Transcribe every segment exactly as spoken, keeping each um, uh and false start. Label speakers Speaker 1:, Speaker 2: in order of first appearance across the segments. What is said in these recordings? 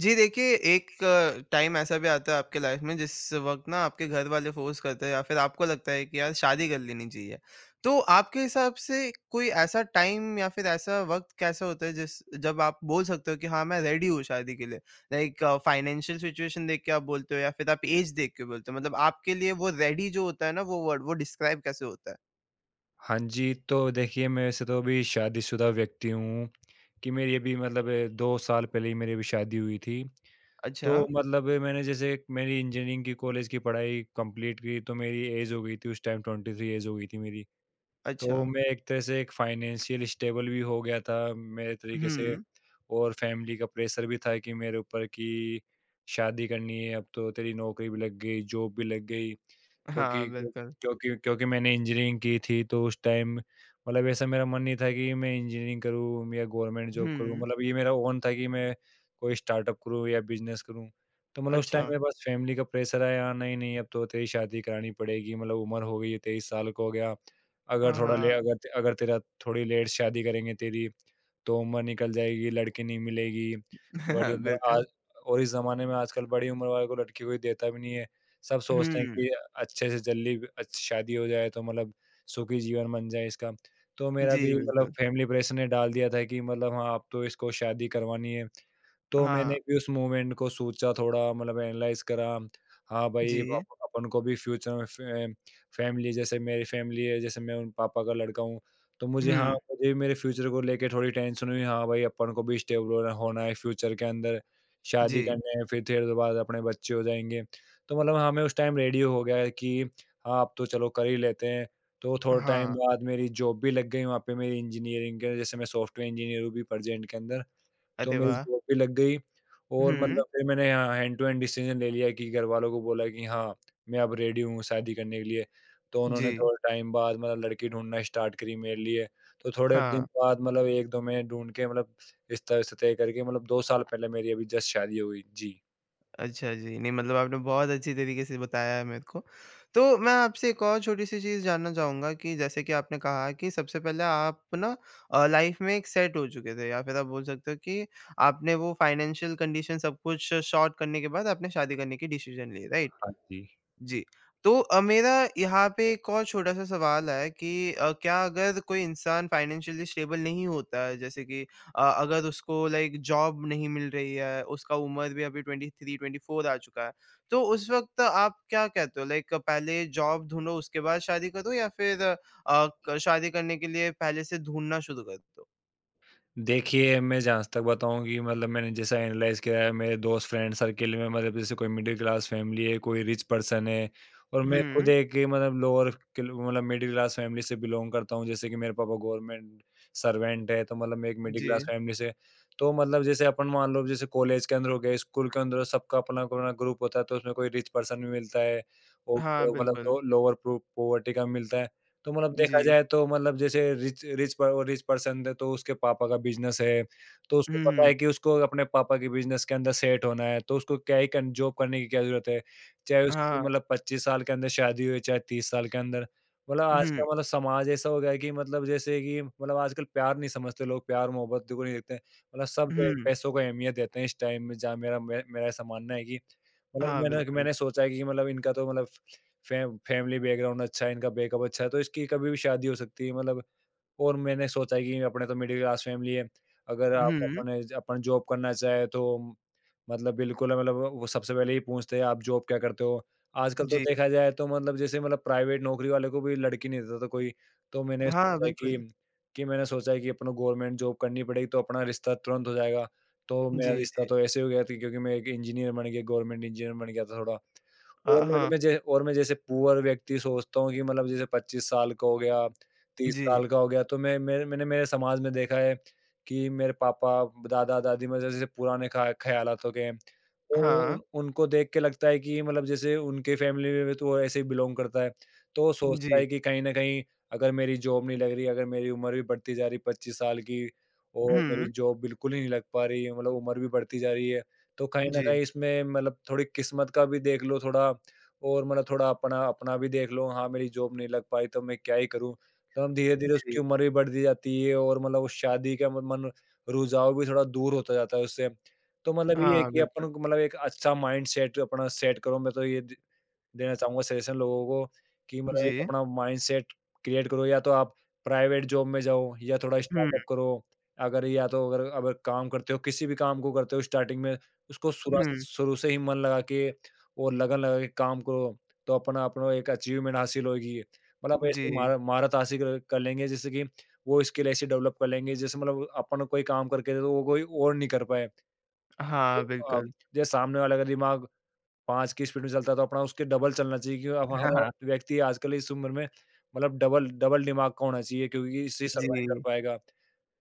Speaker 1: जी देखिए, एक टाइम ऐसा भी आता है आपके लाइफ में जिस वक़्त ना आपके घर वाले फ़ोर्स करते हैं या फिर आपको लगता है कि यार शादी कर लेनी चाहिए। तो आपके हिसाब से कोई ऐसा टाइम या फिर ऐसा वक़्त कैसा होता है जिस जब आप बोल सकते हो कि हाँ, मैं रेडी हूँ शादी के लिए? लाइक फाइनेंशियल सिचुएशन देख के आप बोलते हो या फिर आप एज देख के बोलते हो? मतलब आपके लिए वो रेडी जो होता है ना वो वर्ड वो डिस्क्राइब कैसे होता है?
Speaker 2: हाँ जी, तो देखिए मैं वैसे तो अभी शादीशुदा व्यक्ति हूँ, कि मेरी अभी मतलब दो साल पहले ही मेरी अभी शादी हुई थी।
Speaker 1: अच्छा।
Speaker 2: तो मतलब अ, मैंने जैसे एक मेरी इंजीनियरिंग की कॉलेज की पढ़ाई कंप्लीट की तो मेरी ऐज हो गई थी उस टाइम तेईस ऐज हो गई थी मेरी।
Speaker 1: अच्छा।
Speaker 2: तो मैं एक तरह से एक फाइनेंशियल स्टेबल भी हो गया था मेरे तरीके से,
Speaker 1: हुँ।
Speaker 2: और फैमिली का प्रेशर भी था कि मेरे ऊपर कि शादी करनी है, अब तो तेरी नौकरी भी लग गई, जॉब भी लग गई।
Speaker 1: हाँ,
Speaker 2: क्योंकि
Speaker 1: बिल्कुल।
Speaker 2: क्योंकि क्योंकि मैंने इंजीनियरिंग की थी, तो उस टाइम मतलब ऐसा मेरा मन नहीं था कि मैं इंजीनियरिंग करूँ या गवर्नमेंट जॉब करूँ,
Speaker 1: हुँ।
Speaker 2: मतलब ये मेरा ओन था कि मैं कोई स्टार्टअप करूँ या बिजनेस करूँ। तो मतलब उस टाइम
Speaker 1: अच्छा।
Speaker 2: मेरे पास फैमिली का प्रेशर आया, नहीं, नहीं अब तो तेरी शादी करानी पड़ेगी, मतलब उम्र हो गई है, तेईस साल का हो गया। अगर थोड़ा ले
Speaker 1: हाँ,
Speaker 2: अगर ते- अगर तेरा थोड़ी लेट शादी करेंगे तेरी तो उम्र निकल जाएगी, लड़की नहीं मिलेगी। बड़ी उम्र आज
Speaker 1: बिल्कुल।
Speaker 2: और इस ज़माने में आजकल बड़ी उम्र वाले को लड़की कोई देता भी नहीं है। सब सोचते हैं
Speaker 1: हुँ।
Speaker 2: कि अच्छे से जल्दी अच्छी शादी हो जाए तो मतलब सुखी जीवन बन जाए इसका। तो मेरा
Speaker 1: जी,
Speaker 2: भी मतलब
Speaker 1: बिल्कुल।
Speaker 2: फैमिली प्रेशर ने डाल दिया था कि मतलब हाँ, अब तो इसको शादी करवानी है। तो मैंने
Speaker 1: हाँ,
Speaker 2: भी उस मूवमेंट को सोचा, थोड़ा मतलब एनालाइज़ करा। हाँ भाई,
Speaker 1: जी।
Speaker 2: अप अपन को भी फ्यूचर में फ़े फ़ैमिली, जैसे मेरी फ़ैमिली है, जैसे मैं उन पापा का लड़का हूँ, तो मुझे हाँ,
Speaker 1: हुँ,
Speaker 2: मुझे भी मेरे फ्यूचर को लेके थोड़ी टेंशन हुई। हाँ भाई, अपन को भी स्टेबल होना होना है फ्यूचर के अंदर,
Speaker 1: जी।
Speaker 2: शादी करनी है, फिर थोड़ी देर बाद अपने बच्चे हो जाएँगे। तो मतलब हाँ, मैं उस टाइम रेडी हो गया कि हाँ, अब तो चलो कर ही लेते हैं। तो थोड़ा टाइम
Speaker 1: हाँ,
Speaker 2: बाद मेरी जॉब भी लग गई, वहाँ पे मेरी इंजीनियरिंग के जैसे मैं सॉफ्टवेयर इंजीनियर हूँ अभी प्रेज़ेंट के अंदर। तो
Speaker 1: अरे
Speaker 2: मेरी
Speaker 1: वाह!
Speaker 2: जॉब भी लग गई, और
Speaker 1: हुँ,
Speaker 2: मतलब फिर मैंने हाँ, हैंड टू हैंड डिसीज़न ले लिया कि घरवालों को बोला कि हाँ, मैं अब रेडी हूँ शादी करने के लिए। तो
Speaker 1: जी।
Speaker 2: उन्होंने थोड़े टाइम बाद मतलब लड़की ढूँढना स्टार्ट करी मेरे लिए। तो थोड़े दिन
Speaker 1: हाँ,
Speaker 2: बाद मतलब एक दो महीने ढूँढ के, मतलब इस तरह से तय करके, मतलब दो साल पहले मेरी अभी जस्ट शादी हुई। जी।
Speaker 1: अच्छा जी। नहीं मतलब आपने बहुत अच्छी तरीके से बताया है मेरे को। तो मैं आपसे एक और छोटी-सी चीज़ जानना चाहूँगा कि जैसे कि आपने कहा कि सबसे पहले आप ना अ, लाइफ़ में एक सेट हो चुके थे या फिर आप बोल सकते हो कि आपने वो फाइनेंशियल कंडीशन सब कुछ शॉर्ट करने के बाद आपने शादी करने की डिसीजन ली, राइट?
Speaker 2: हाँ जी।
Speaker 1: जी। तो अ, मेरा यहाँ पे एक और छोटा-सा सवाल है कि अ, क्या अगर कोई इंसान फाइनेंशियली स्टेबल नहीं होता है, जैसे कि अ, अगर उसको लाइक जॉब नहीं मिल रही है, उसका उम्र भी अभी तेईस चौबीस आ चुका है, तो उस वक़्त आप क्या कहते हो? लाइक पहले जॉब ढूँढो, उसके बाद शादी करो या फिर अ, क शादी करने के लिए पहले से ढूँढना शुरू कर दो?
Speaker 2: देखिए, मैं जहाँ तक बताऊँ कि मतलब मैंने जैसा एनालाइज़ किया है मेरे दोस्त फ्रेंड सर्किल में, मतलब जैसे कोई मिडिल क्लास फैमिली है, कोई रिच पर्सन है, और मैं खुद
Speaker 1: हुँ,
Speaker 2: एक मतलब लोअर क्ल मतलब मिडिल क्लास फैमिली से बिलॉन्ग करता हूँ। जैसे कि मेरे पापा गवर्नमेंट सर्वेंट है, तो मतलब मैं एक मिडिल
Speaker 1: जी।
Speaker 2: क्लास फैमिली से। तो मतलब जैसे अपन मान लो जैसे कॉलेज के अंदर हो गया, स्कूल के अंदर सबका अपना-अपना ग्रुप होता है, तो उसमें कोई रिच पर्सन भी मिलता है और
Speaker 1: हाँ,
Speaker 2: मतलब
Speaker 1: बिल्कुल।
Speaker 2: लो लोअर पो पॉवर्टी का मिलता है। तो मतलब देखा
Speaker 1: जी।
Speaker 2: जाए तो मतलब जैसे रिच रिच प रिच पर्सन है तो उसके पापा का बिज़नेस है, तो उसको
Speaker 1: हुँ,
Speaker 2: पता
Speaker 1: हुँ।
Speaker 2: है कि उसको अपने पापा के बिज़नेस के अंदर सेट होना है, तो उसको क्या ही कन जॉब करने की क्या ज़रूरत है। चाहे उसकी
Speaker 1: हाँ।
Speaker 2: मतलब पच्चीस साल के अंदर शादी हुई, चाहे तीस साल के अंदर। मतलब आज
Speaker 1: हुँ,
Speaker 2: का मतलब समाज ऐसा हो गया है कि मतलब जैसे कि मतलब आजकल प्यार नहीं समझते लोग, प्यार-मोहब्बत को नहीं देखते हैं। मतलब सब पे
Speaker 1: हुँ।
Speaker 2: पैसों को अहमियत देते हैं इस टाइम में, जहाँ मेरा मैं मेरा ऐसा मानना है कि मतलब
Speaker 1: हाँ,
Speaker 2: मैंने
Speaker 1: बिल्कुल।
Speaker 2: मैंने सोचा है कि मतलब इनका तो मतलब फैम फैमिली बैकग्राउंड अच्छा है, इनका बैकअप अच्छा है, तो इसकी कभी भी शादी हो सकती है मतलब। और मैंने सोचा है कि अपने तो मिडिल क्लास फैमिली है, अगर हुँ। आप
Speaker 1: हुँ,
Speaker 2: अपने अपन जॉब करना चाहे तो मतलब बिल्कुल मतलब वो सबसे पहले ही पूछते हैं, "आप जॉब क्या करते हो?" आजकल तो
Speaker 1: जी।
Speaker 2: देखा जाए तो मतलब जैसे मतलब प्राइवेट नौकरी वाले को भी लड़की नहीं देता था कोई, तो मैंने हुँ।
Speaker 1: हाँ,
Speaker 2: सोचा है कि
Speaker 1: बिल्कुल।
Speaker 2: कि मैंने सोचा है कि अपन को गवर्नमेंट जॉब करनी पड़ेगी तो अपना रिश्ता तुरंत हो जाएगा। तो मेरा
Speaker 1: जी,
Speaker 2: रिश्ता
Speaker 1: जी।
Speaker 2: तो ऐसे ही हो गया था क्योंकि मैं एक इंजीनियर बन गया, गवर्नमेंट इंजीनियर बन गया था थोड़ा। और
Speaker 1: हाँ,
Speaker 2: मैं
Speaker 1: हाँ।
Speaker 2: मैं जै और मैं जैसे पुअर व्यक्ति सोचता हूँ कि मतलब जैसे पच्चीस साल का हो गया, तीस
Speaker 1: जी।
Speaker 2: साल का हो गया, तो मैं मैं मैंने मेरे समाज में देखा है कि मेरे पापा, दादा-दादी में जैसे पुराने ख़ा ख़्यालात हो गए हैं। तो उन
Speaker 1: हाँ,
Speaker 2: उनको देख के लगता है कि मतलब जैसे उनके फैमिली में भी तो वो ऐसे ही बिलॉन्ग करता है। तो वो सोचता
Speaker 1: जी।
Speaker 2: है कि कहीं न कहीं, अगर मेरी जॉब नहीं लग रही, अगर मेरी उम्र भी बढ़ती जा रही पच्चीस साल की, और मेरी
Speaker 1: हुँ,
Speaker 2: जॉब बिल्कुल ही नहीं लग पा रही है, मतलब उम्र भी बढ़ती जा रही है। तो कहीं न
Speaker 1: जी,
Speaker 2: कहीं इसमें मतलब थोड़ी किस्मत का भी देख लो, थोड़ा और मतलब थोड़ा अपना अपना भी देख लो, हाँ, मेरी जॉब नहीं लग पाई तो मैं क्या ही करूँ? तो हम धीरे-धीरे
Speaker 1: जी।
Speaker 2: उसकी उम्र भी बढ़ती जाती है, और मतलब उस शादी का म मन रुझाव भी थोड़ा दूर होता जाता है उससे। तो मतलब ये है
Speaker 1: हाँ,
Speaker 2: कि अपन
Speaker 1: बिल्कुल।
Speaker 2: को मतलब एक अच्छा माइंडसेट अपना सेट करो, मैं तो ये द देना चाहूँगा सजेशन लोगों को कि मतलब एक
Speaker 1: जी।
Speaker 2: अपना माइंडसेट क्रिएट करो, या तो आप प्राइवेट जॉब में जाओ या थोड़ा
Speaker 1: हुँ,
Speaker 2: स्टार्टअप करो। अगर या तो अगर अगर काम करते हो, किसी भी काम को करते हो स्टार्टिंग में, उसको शुरा
Speaker 1: हुँ।
Speaker 2: शुरू से ही मन लगा के और लगन लगा के काम करो, तो अपना अपना एक अचीवमेंट हासिल होगी। मतलब ऐसी
Speaker 1: जी।
Speaker 2: महा महारत हासिल कर कर लेंगे, जैसे कि वो स्किल ऐसी डेवलप कर लेंगे, जैसे मतलब अपन कोई काम करके दे तो वो कोई और नहीं कर पाए।
Speaker 1: हाँ,
Speaker 2: अ,
Speaker 1: बिल्कुल।
Speaker 2: जैसे सामने वाला का दिमाग पाँच की स्पीड में चलता है तो अपना उसके डबल चलना चाहिए, क्यों अब
Speaker 1: हाँ, हाँ।
Speaker 2: हर व्यक्ति आजकल इस उम्र में मतलब डबल डबल दिमाग का होना चाहिए, क्योंकि इससे सर्वाइव कर
Speaker 1: जी।
Speaker 2: पाएगा।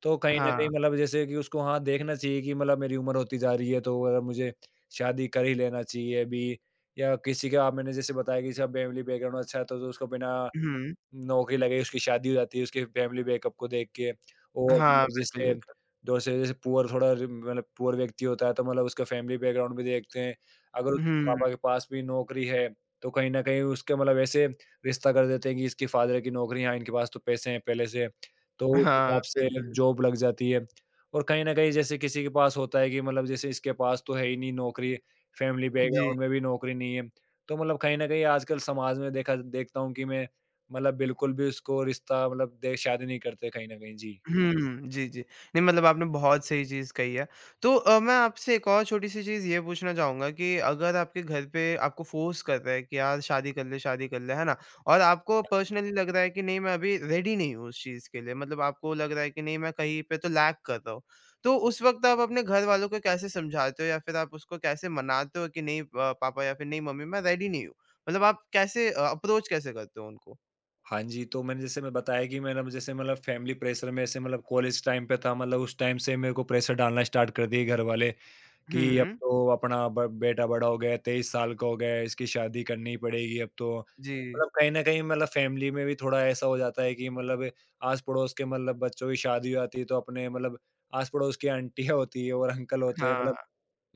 Speaker 2: तो कहीं न कहीं
Speaker 1: हाँ।
Speaker 2: मतलब जैसे कि उसको हाँ, देखना चाहिए कि मतलब मेरी उम्र होती जा रही है, तो अ, मुझे शादी कर ही लेना चाहिए अभी, या किसी का आप मैंने जैसे बताया कि इसका फैमिली बैकग्राउंड अच्छा है, तो तो उसको बिना
Speaker 1: हुँ।
Speaker 2: नौकरी लगे उसकी शादी हो जाती है उसके फैमिली बैकअप को देख के, और
Speaker 1: हाँ,
Speaker 2: मतलब
Speaker 1: बिल्कुल,
Speaker 2: जैसे
Speaker 1: बिल्कुल।
Speaker 2: दूसरे जैसे पुअर थोड़ा रि मतलब पुअर व्यक्ति होता है, तो मतलब उसका फैमिली बैकग्राउंड भी देखते हैं। अगर उसके
Speaker 1: हुँ।
Speaker 2: पापा के पास भी नौकरी है, तो कहीं न कहीं उसके मतलब ऐसे रिश्ता कर देते हैं कि इसके फादर की नौकरी है, हाँ, इनके पास तो पैसे हैं पहले से। तो उस
Speaker 1: हाँ,
Speaker 2: हिसाब से
Speaker 1: बिल्कुल।
Speaker 2: जॉब लग जाती है, और कहीं न कहीं जैसे किसी के पास होता है कि मतलब जैसे इसके पास तो है ही नहीं नौकरी, फैमिली
Speaker 1: जी।
Speaker 2: बैकग्राउंड में भी नौकरी नहीं है। तो मतलब कहीं न कहीं आजकल समाज में देखा देखता हूँ कि मैं मतलब बिल्कुल भी उसको रिश्ता मतलब दे शादी नहीं करते कहीं न कहीं। जी।
Speaker 1: हुँ, जी, जी। नहीं मतलब आपने बहुत सही चीज़ कही है। तो अ, मैं आपसे एक और छोटी-सी चीज़ ये पूछना चाहूँगा कि अगर आपके घर पे आपको फ़ोर्स कर रहे हैं कि यार शादी कर ले, शादी कर ले, है ना? और आपको पर्सनली लग रहा है कि नहीं मैं अभी रेडी नहीं हूँ उस चीज़ के लिए, मतलब आपको लग रहा है कि नहीं मैं कहीं पे तो लैग कर रहा हूँ। तो उस वक़्त आप अपने घर वालों को कैसे समझाते हो या फिर आप उसको कैसे मनाते हो कि नहीं अ, पापा या फिर नहीं मम्मी मैं रेडी नहीं हूँ? मतलब आप कैसे अ, अप्रोच कैसे करते हो उनको?
Speaker 2: हाँ जी, तो मैंने जैसे मैं बताया कि मैंने जैसे मतलब फैमिली प्रेशर में ऐसे मतलब कॉलेज टाइम पे था, मतलब उस टाइम से मेरे को प्रेशर डालना स्टार्ट कर दिए घर वाले। कि अब
Speaker 1: हुँ,
Speaker 2: तो अपना ब बेटा बड़ा हो गया है, तेईस साल का हो गया है, इसकी शादी करनी पड़ेगी अब तो।
Speaker 1: जी।
Speaker 2: मतलब कहीं न कहीं मतलब फैमिली में भी थोड़ा ऐसा हो जाता है कि मतलब आस-पड़ोस के मतलब बच्चों की शादी हो जाती है, तो अपने मतलब आस-पड़ोस की आंटियाँ होती हैं और अंकल होते हैं, मतलब
Speaker 1: हाँ,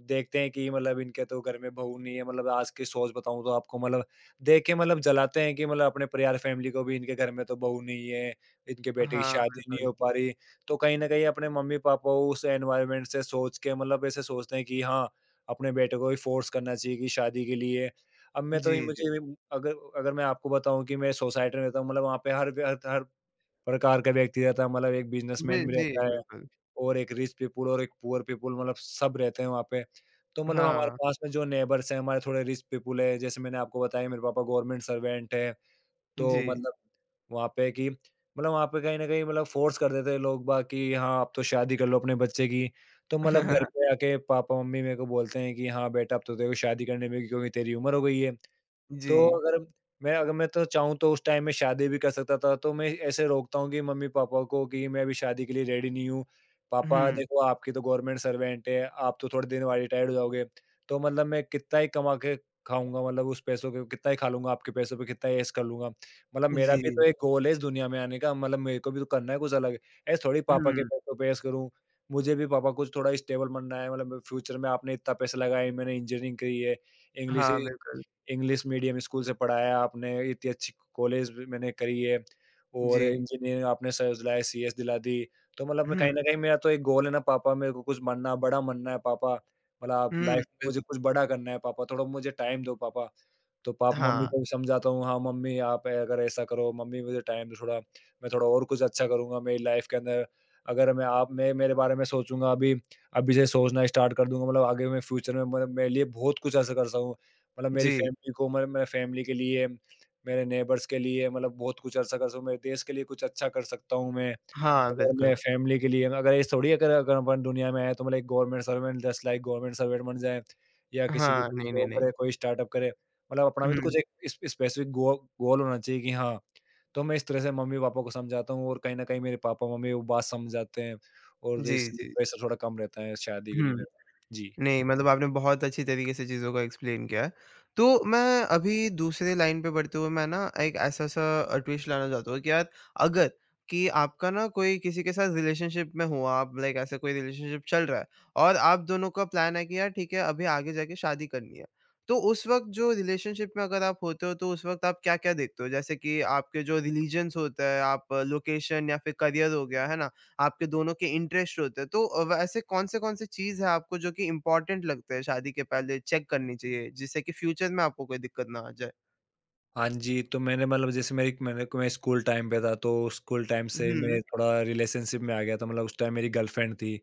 Speaker 2: देखते हैं कि मतलब इनके तो घर में बहू नहीं है, मतलब आज की सोच बताऊँ तो आपको मतलब देख के मतलब जलाते हैं कि मतलब अपने परिवार फैमिली को भी, इनके घर में तो बहू नहीं है, इनके बेटे की
Speaker 1: हाँ,
Speaker 2: शादी नहीं
Speaker 1: बिल्कुल।
Speaker 2: हो पा रही। तो कहीं न कहीं अपने मम्मी-पापा उस एनवायरनमेंट से सोच के मतलब ऐसे सोचते हैं कि हाँ, अपने बेटे को ही फोर्स करना चाहिए कि शादी के लिए। अब मैं तो
Speaker 1: जी,
Speaker 2: ये
Speaker 1: जी।
Speaker 2: मुझे भी- अगर अगर मैं आपको बताऊँ कि मैं सोसाइटी में रहता हूँ, मतलब वहाँ पे हर व्य हर हर प्रकार का व्यक्ति रहता है, मतलब एक
Speaker 1: जी,
Speaker 2: बिज़नेसमैन भी
Speaker 1: जी,
Speaker 2: रहता है।
Speaker 1: बिल्कुल।
Speaker 2: और एक रिच पीपल और एक पुअर पीपल, मतलब सब रहते हैं वहाँ पे। तो मतलब हमारे
Speaker 1: हाँ,
Speaker 2: पास में जो नेबर्स हैं, हमारे थोड़े रिच पीपल है, जैसे मैंने आपको बताया मेरे पापा गवर्नमेंट सर्वेंट है,
Speaker 1: जी।
Speaker 2: तो मतलब वहाँ पे कि मतलब वहाँ पे कहीं न कहीं मतलब फ़ोर्स कर देते हैं लोग बाग कि हाँ, अब तो शादी कर लो अपने बच्चे की। तो मतलब घर पे आके पापा-मम्मी मेरे को बोलते हैं कि हाँ, बेटा अब तो तेरे को शादी करने में, क्योंकि तेरी उम्र हो गई है।
Speaker 1: जी।
Speaker 2: तो अगर मैं अगर मैं तो चाहूँ तो उस टाइम में शादी भी कर सकता था, तो मैं ऐसे रोकता हूँ कि मम्मी-पापा को कि मैं अभी शादी के लिए रेडी नहीं हूँ। पापा, हुँ।
Speaker 1: हुँ,
Speaker 2: देखो आपकी तो गवर्नमेंट सर्वेंट है, आप तो थोड़े दिन बाद रिटायर्ड हो जाओगे। तो मतलब मैं कितना ही कमा के खाऊँगा, मतलब उस पैसों के कितना ही खा लूँगा, आपके पैसों पे कितना ही ऐश कर लूँगा। मतलब मेरा हुँ। भी तो
Speaker 1: जी।
Speaker 2: एक गोल है इस दुनिया में आने का, मतलब मेरे को भी तो करना है कुछ अलग। ऐसे थोड़ी पापा हुँ। के
Speaker 1: हुँ,
Speaker 2: पैसों पे ऐश करूँ, मुझे भी पापा कुछ थोड़ा स्टेबल बनना है, मतलब फ्यूचर में आपने इतना पैसा लगाया है, मैंने इंजीनियरिंग करी है, इंग्लिश
Speaker 1: हाँ, बिल्कुल।
Speaker 2: इंग्लिश मीडियम स्कूल से पढ़ाया आपने, इतनी अच्छी कॉलेज भी मैंने करी है और
Speaker 1: जी।
Speaker 2: इंजीनियरिंग आपने सर दिलाया, सीएस दिला दी। तो मतलब मैं
Speaker 1: हुँ,
Speaker 2: कहीं न कहीं मेरा तो एक गोल है ना पापा, मेरे को कुछ बनना बड़ा बनना है पापा। मतलब आप
Speaker 1: हुँ,
Speaker 2: लाइफ़ में मुझे
Speaker 1: बिल्कुल।
Speaker 2: कुछ बड़ा करना है पापा, थोड़ा मुझे टाइम दो पापा। तो पापा मम्मी
Speaker 1: हाँ,
Speaker 2: को भी समझाता हूँ, हाँ मम्मी आप अगर ऐसा करो, मम्मी मुझे टाइम दो थोड़ा, मैं थोड़ा और कुछ अच्छा करूँगा मेरी लाइफ के अंदर। अगर मैं आप मैं मेरे बारे में सोचूँगा अभी, अभी से सोचना स्टार्ट कर दूँगा, मतलब आगे मैं फ्यूचर में मतलब मेरे लिए बहुत कुछ ऐसा कर सकूँ। मतलब मेरी
Speaker 1: जी।
Speaker 2: फैमिली को मतलब मेरे फैमिली के लिए, मेरे नेबर्स के लिए मतलब बहुत कुछ ऐसा कर सकूँ, मेरे देश के लिए कुछ अच्छा कर सकता हूँ मैं।
Speaker 1: हाँ,
Speaker 2: अगर मैं
Speaker 1: बिल्कुल।
Speaker 2: फैमिली के लिए अगर ये थोड़ी अगर अगर अपन दुनिया में आए तो मतलब एक government servant just like government servant बन जाए, या किसी की
Speaker 1: हाँ,
Speaker 2: कोई
Speaker 1: नहीं, नहीं,
Speaker 2: जॉब
Speaker 1: नहीं।
Speaker 2: करे, कोई स्टार्टअप करे। मतलब अपना भी तो
Speaker 1: हुँ,
Speaker 2: कुछ एक स्प स्पेसिफिक गो गोल होना चाहिए कि हाँ, तो मैं इस तरह से मम्मी-पापा को समझाता हूँ, और कहीं न कहीं मेरे पापा-मम्मी वो बात समझ जाते हैं, और
Speaker 1: जी,
Speaker 2: इसलिए
Speaker 1: जी।
Speaker 2: प्रेशर थोड़ा कम रहता है शादी के लिए
Speaker 1: हुँ।
Speaker 2: मेरा। जी।
Speaker 1: नहीं, मतलब आपने बहुत अच्छी तरीके से चीज़ों को एक्सप्लेन किया है। तो मैं अभी दूसरे लाइन पे बढ़ते हुए मैं ना एक ऐसा-सा अ, ट्विस्ट लाना चाहता हूँ कि यार अगर कि आपका ना कोई किसी के साथ रिलेशनशिप में हो आप लाइक ऐसा कोई रिलेशनशिप चल रहा है और आप दोनों का प्लान है कि यार ठीक है अभी आगे जाके शादी करनी है। तो उस वक़्त जो रिलेशनशिप में अगर आप होते हो तो उस वक़्त आप क्या-क्या देखते हो? जैसे कि आपके जो रिलीजन्स होता है, आप लोकेशन या फिर करियर हो गया, है ना? आपके दोनों के इंटरेस्ट होते हैं। तो अ, व ऐसे कौन-से-कौन से चीज़ है आपको जो कि इम्पोर्टेंट लगता है शादी के पहले चेक करनी चाहिए, जिससे कि फ्यूचर में आपको कोई दिक्कत ना आ जाए?
Speaker 2: हाँ जी, तो मैंने मतलब जैसे मेरी मैंने मैं स्कूल टाइम पे था, तो स्कूल टाइम से मैं
Speaker 1: हुँ,
Speaker 2: थोड़ा रिलेशनशिप में आ गया था, मतलब उस टाइम मेरी गर्लफ्रेंड थी।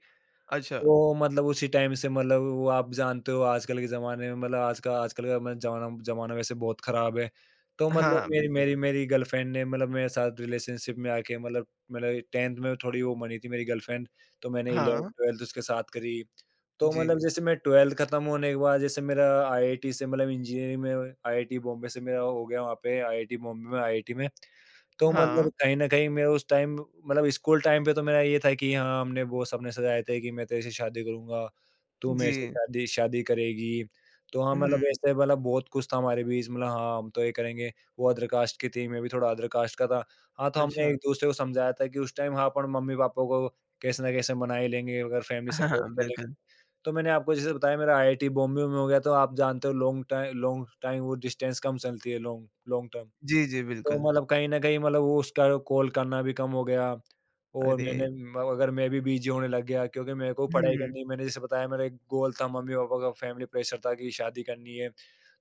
Speaker 1: अच्छा।
Speaker 2: तो मतलब उसी टाइम से मतलब, वो आप जानते हो आजकल के ज़माने में, मतलब आज का आजकल का मतलब ज़माना ज़माना वैसे बहुत ख़राब है। तो
Speaker 1: हाँ,
Speaker 2: मतलब
Speaker 1: हाँ,
Speaker 2: मेरी
Speaker 1: बिल्कुल।
Speaker 2: मेरी मेरी गर्लफ्रेंड ने मतलब मेरे साथ रिलेशनशिप में आके, मतलब मतलब दसवीं में थोड़ी वो बनी थी मेरी गर्लफ्रेंड, तो मैंने
Speaker 1: हाँ,
Speaker 2: ग्यारहवीं-बारहवीं उसके साथ करी। तो
Speaker 1: जी।
Speaker 2: मतलब जैसे मैं बारहवीं खत्म होने के बाद, जैसे मेरा आईआईटी से मतलब इंजीनियरिंग में, आईआईटी बॉम्बे से मेरा हो गया, वहाँ पे आईआईटी बॉम्बे में, आईआईटी में। तो
Speaker 1: हाँ,
Speaker 2: मतलब कहीं न कहीं मैं उस टाइम, मतलब स्कूल टाइम पे तो मेरा ये था कि हाँ, हमने वो सपने सजाए थे कि मैं तेरे से शादी करूँगा, तू मेरे
Speaker 1: जी।
Speaker 2: से शादी शादी करेगी। तो हाँ,
Speaker 1: हुँ,
Speaker 2: मतलब ऐसे मतलब बहुत कुछ था हमारे बीच, मतलब हाँ, हम तो ये करेंगे, वो अदर कास्ट की थी, मैं भी थोड़ा अदर कास्ट का था। हाँ, तो हमने
Speaker 1: अच्छा।
Speaker 2: एक-दूसरे को समझाया था कि उस टाइम, हाँ, अपन मम्मी-पापा को कैसे न कैसे मना ही लेंगे, अगर फैमिली
Speaker 1: हाँ,
Speaker 2: सपोर्ट
Speaker 1: हाँ,
Speaker 2: कर लेगी।
Speaker 1: बिल्कुल।
Speaker 2: तो मैंने आपको जैसे बताया मेरा आईआईटी बॉम्बे में हो गया, तो आप जानते हो लॉन्ग टाइ लॉन्ग टाइम वो डिस्टेंस कम चलती है, लॉन्ग लॉन्ग टर्म।
Speaker 1: जी, जी,
Speaker 2: तो
Speaker 1: बिल्कुल।
Speaker 2: मतलब कहीं न कहीं मतलब, वो उसका कॉल करना भी कम हो गया, और
Speaker 1: अरे!
Speaker 2: मैंने म अगर मैं भी बिज़ी होने लग गया, क्योंकि मेरे को पढ़ाई
Speaker 1: हुँ,
Speaker 2: करनी है। मैंने जैसे बताया, मेरा एक गोल था, मम्मी-पापा का फैमिली प्रेशर था कि शादी करनी है।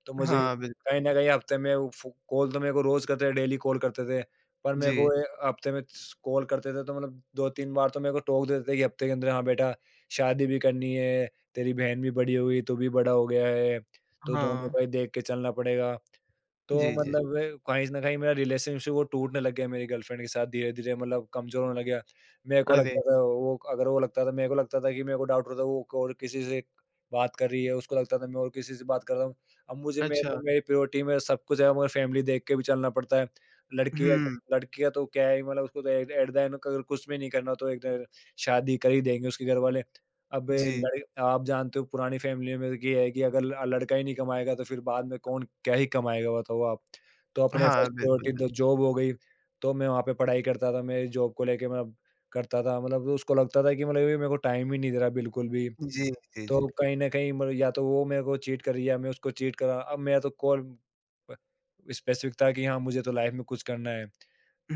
Speaker 2: तो मुझे
Speaker 1: हाँ, बिल्कुल।
Speaker 2: कहीं न कहीं हफ्ते में वो फ़ो कॉल तो मेरे को रोज़ करते थे, डेली कॉल करते थे। पर मेरे को
Speaker 1: जी,
Speaker 2: ए हफ्ते में स कॉल करते थे, तो मतलब दो-तीन बार तो मेरे को टोक देते थे कि हफ्ते के अंदर, हाँ बेटा शादी भी करनी है, तेरी बहन भी बड़ी हो गई, तू भी बड़ा हो गया है, तो दोनों
Speaker 1: हाँ।
Speaker 2: का ही देख के चलना पड़ेगा। तो
Speaker 1: जी, जी।
Speaker 2: मतलब अ, कहीं न कहीं मेरा रिलेशनशिप वो टूटने लग गया मेरी गर्लफ्रेंड के साथ, धीरे-धीरे मतलब कमज़ोर होने लग गया। मेरे को
Speaker 1: अरे!
Speaker 2: लगता था वो अगर वो लगता था मेरे को लगता था कि मेरे को डाउट होता था वो और किसी से बात कर रही है, उसको लगता था मैं और किसी से बात कर रहा हूँ। अब मुझे मेरे को
Speaker 1: अच्छा।
Speaker 2: मेरी प्रायोरिटी में सब कुछ है, मगर फैमिली देख के भी चलना पड़ता है। लड़की है
Speaker 1: हुँ,
Speaker 2: लड़की का तो क्या है, मतलब उसको तो एट एट द एंड, अगर कुछ भी नहीं करना तो एक शादी कर ही देंगे उसके घरवाले। अब
Speaker 1: जी।
Speaker 2: लड़ आप जानते हो पुरानी फैमिली में ये है कि अगर ल लड़का ही नहीं कमाएगा, तो फिर बाद में कौन क्या ही कमाएगा बताओ आप। तो अपने
Speaker 1: हाँ,
Speaker 2: फर्स्ट
Speaker 1: बिल्कुल,
Speaker 2: प्रायोरिटी
Speaker 1: बिल्कुल।
Speaker 2: तो जॉब हो गई, तो मैं वहाँ पे पढ़ाई करता था, मेरी जॉब को लेके मैं करता था, मतलब उसको लगता था कि, मतलब ये मेरे को टाइम ही नहीं दे रहा बिल्कुल भी।
Speaker 1: जी, जी, जी।
Speaker 2: तो कहीं न कहीं मतलब या तो वो मेरे को चीट कर रही है, या मैं उसको चीट कर रहा, अब मेरा तो कॉल प स्पेसिफिक था कि हाँ, मुझे तो लाइफ़ में कुछ करना है।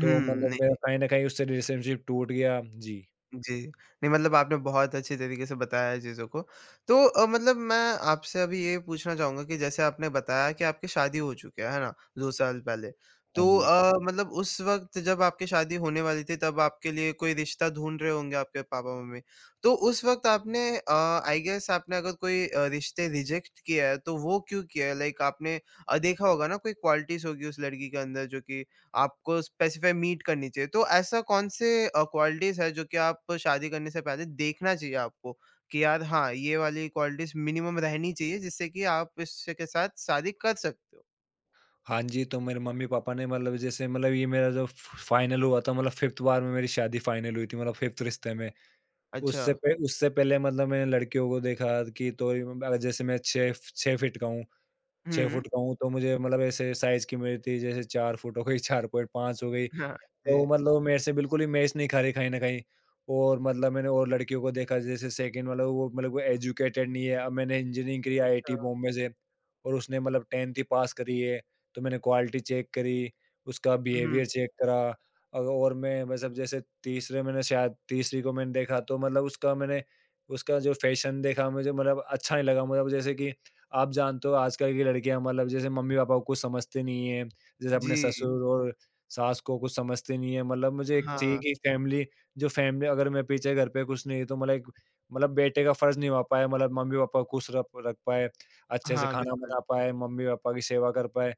Speaker 2: तो मतलब मेरा कहीं न कहीं उससे रिलेशनशिप टूट गया। जी।
Speaker 1: जी। नहीं मतलब आपने बहुत अच्छे तरीके से बताया है चीज़ों को। तो अ, मतलब मैं आपसे अभी ये पूछना चाहूँगा कि जैसे आपने बताया कि आपकी शादी हो चुकी है, है ना? दो साल पहले।
Speaker 2: हाँ
Speaker 1: तो
Speaker 2: जी।
Speaker 1: अ, मतलब उस वक़्त जब आपकी शादी होने वाली थी तब आपके लिए कोई रिश्ता ढूँढ रहे होंगे आपके पापा-मम्मी। तो उस वक़्त आपने अ, आई गेस आपने अगर कोई अ, रिश्ते रिजेक्ट किया है तो वो क्यों किया है? लाइक आपने अ, देखा होगा ना कोई क्वालिटीज़ होगी उस लड़की के अंदर जो कि आपको स्पेसिफाई मीट करनी चाहिए। तो ऐसा कौन से अ, क्वालिटीज़ है जो कि आप शादी करने से पहले देखना चाहिए आपको कि यार हाँ, ये वाली क्वालिटीज़ मिनिमम रहनी चाहिए जिससे कि आप इससे के साथ शादी कर सकते हो?
Speaker 2: हाँ जी, तो मेरे मम्मी-पापा ने मतलब जैसे मतलब, ये मेरा जो फ फाइनल हुआ था, मतलब पाँचवीं बार में मेरी शादी फाइनल हुई थी, मतलब पाँचवें रिश्ते में।
Speaker 1: अच्छा।
Speaker 2: उससे पे उससे पहले मतलब मैंने लड़कियों को देखा कि, तो ये म जैसे मैं छह फ छह फीट का हूँ, छह
Speaker 1: हुँ।
Speaker 2: फुट का हूँ, तो मुझे मतलब ऐसे साइज़ की मिली थी, जैसे चार फुट हो गई, साढ़े चार हो गई।
Speaker 1: हाँ,
Speaker 2: तो
Speaker 1: जी।
Speaker 2: मतलब वो मेरे से बिल्कुल ही मैच नहीं खा रही कहीं न कहीं, और मतलब मैंने और लड़कियों को देखा, जैसे सेकंड वाला वो, मतलब वो एजुकेटेड नहीं है। अब मैंने इंजीनियरिंग करी
Speaker 1: अच्छा।
Speaker 2: आईआईटी बॉम्बे से, और उसने मतलब दसवीं ही पास करी है। तो मैंने क्वालिटी चेक करी, उसका
Speaker 1: हुँ,
Speaker 2: बिहेवियर चेक करा, अ, और मैं मतलब जैसे तीसरे मैंने शायद तीसरी को मैंने देखा, तो मतलब उसका मैंने उसका जो फैशन देखा मुझे मतलब अच्छा नहीं लगा। मतलब जैसे कि आप जानते हो, आजकल की लड़कियाँ मतलब जैसे मम्मी-पापा को कुछ समझती नहीं हैं। जैसे अपने
Speaker 1: जी।
Speaker 2: ससुर और सास को कुछ समझती नहीं है, मतलब मुझे एक चाहिए
Speaker 1: हाँ।
Speaker 2: कि फैमिली, जो फैमिली, अगर मैं पीछे घर पे कुछ नहीं है, तो मतलब एक, मतलब बेटे का फ़र्ज़ निभा पाए, मतलब मम्मी-पापा को खुश रख रख पाए, अच्छे से
Speaker 1: हाँ,
Speaker 2: खाना
Speaker 1: बिल्कुल।
Speaker 2: बना पाए, मम्मी-पापा की सेवा कर पाए।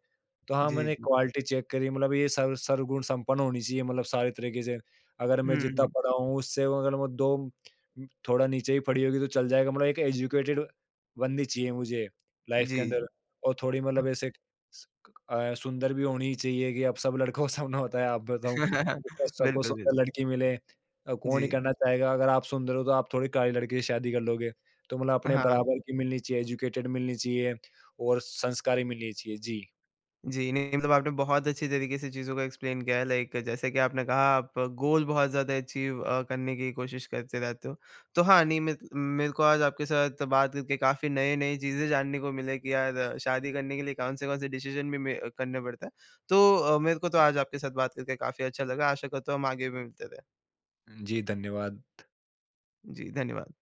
Speaker 2: तो हाँ,
Speaker 1: जी,
Speaker 2: मैंने
Speaker 1: जी।
Speaker 2: क्वालिटी चेक करी, मतलब ये सर्व सर्वगुण संपन्न होनी चाहिए, मतलब सारे तरीके से। अगर मैं
Speaker 1: हुँ,
Speaker 2: जितना
Speaker 1: हुँ।
Speaker 2: पढ़ा हूँ, उससे वो अगर मैं दो उम, थोड़ा नीचे ही पढ़ी होगी तो चल जाएगा, मतलब एक एजुकेटेड बंदी चाहिए मुझे लाइफ़
Speaker 1: जी,
Speaker 2: के अंदर,
Speaker 1: जी।
Speaker 2: और थोड़ी मतलब ऐसे अ, सुंदर भी होनी चाहिए कि, अब सब लड़कों को सपना होता है, आप बताऊँ, सबको
Speaker 1: बिल्कुल, बिल्कुल।
Speaker 2: सुंदर लड़की मिले, अ, कौन ही
Speaker 1: जी।
Speaker 2: करना चाहेगा अगर आप सुंदर हो तो आप थोड़ी काली लड़की से शादी कर लोगे। तो मतलब अपने
Speaker 1: हाँ।
Speaker 2: बराबर की मिलनी चाहिए, एजुकेटेड मिलनी चाहिए, और संस्कारी मिलनी चाहिए। जी।
Speaker 1: जी, नहीं मतलब आपने बहुत अच्छी तरीके से चीज़ों को एक्सप्लेन किया है लाइक जैसे कि आपने कहा आप गोल बहुत ज़्यादा अचीव अ, करने की कोशिश करते रहते हो। तो हाँ, नहीं मेत मेरे को आज आपके साथ बात करके काफ़ी नए-नए चीज़ें जानने को मिले कि यार अ, शादी करने के लिए कौन-से-कौन से डिसीज़न भी में करने पड़ता है। तो अ, मेरे को तो आज आपके साथ बात करके काफ़ी अच्छा लगा। आशा करता हूँ हम आगे भी मिलते रहें।
Speaker 2: जी, धन्यवाद।
Speaker 1: जी, धन्यवाद।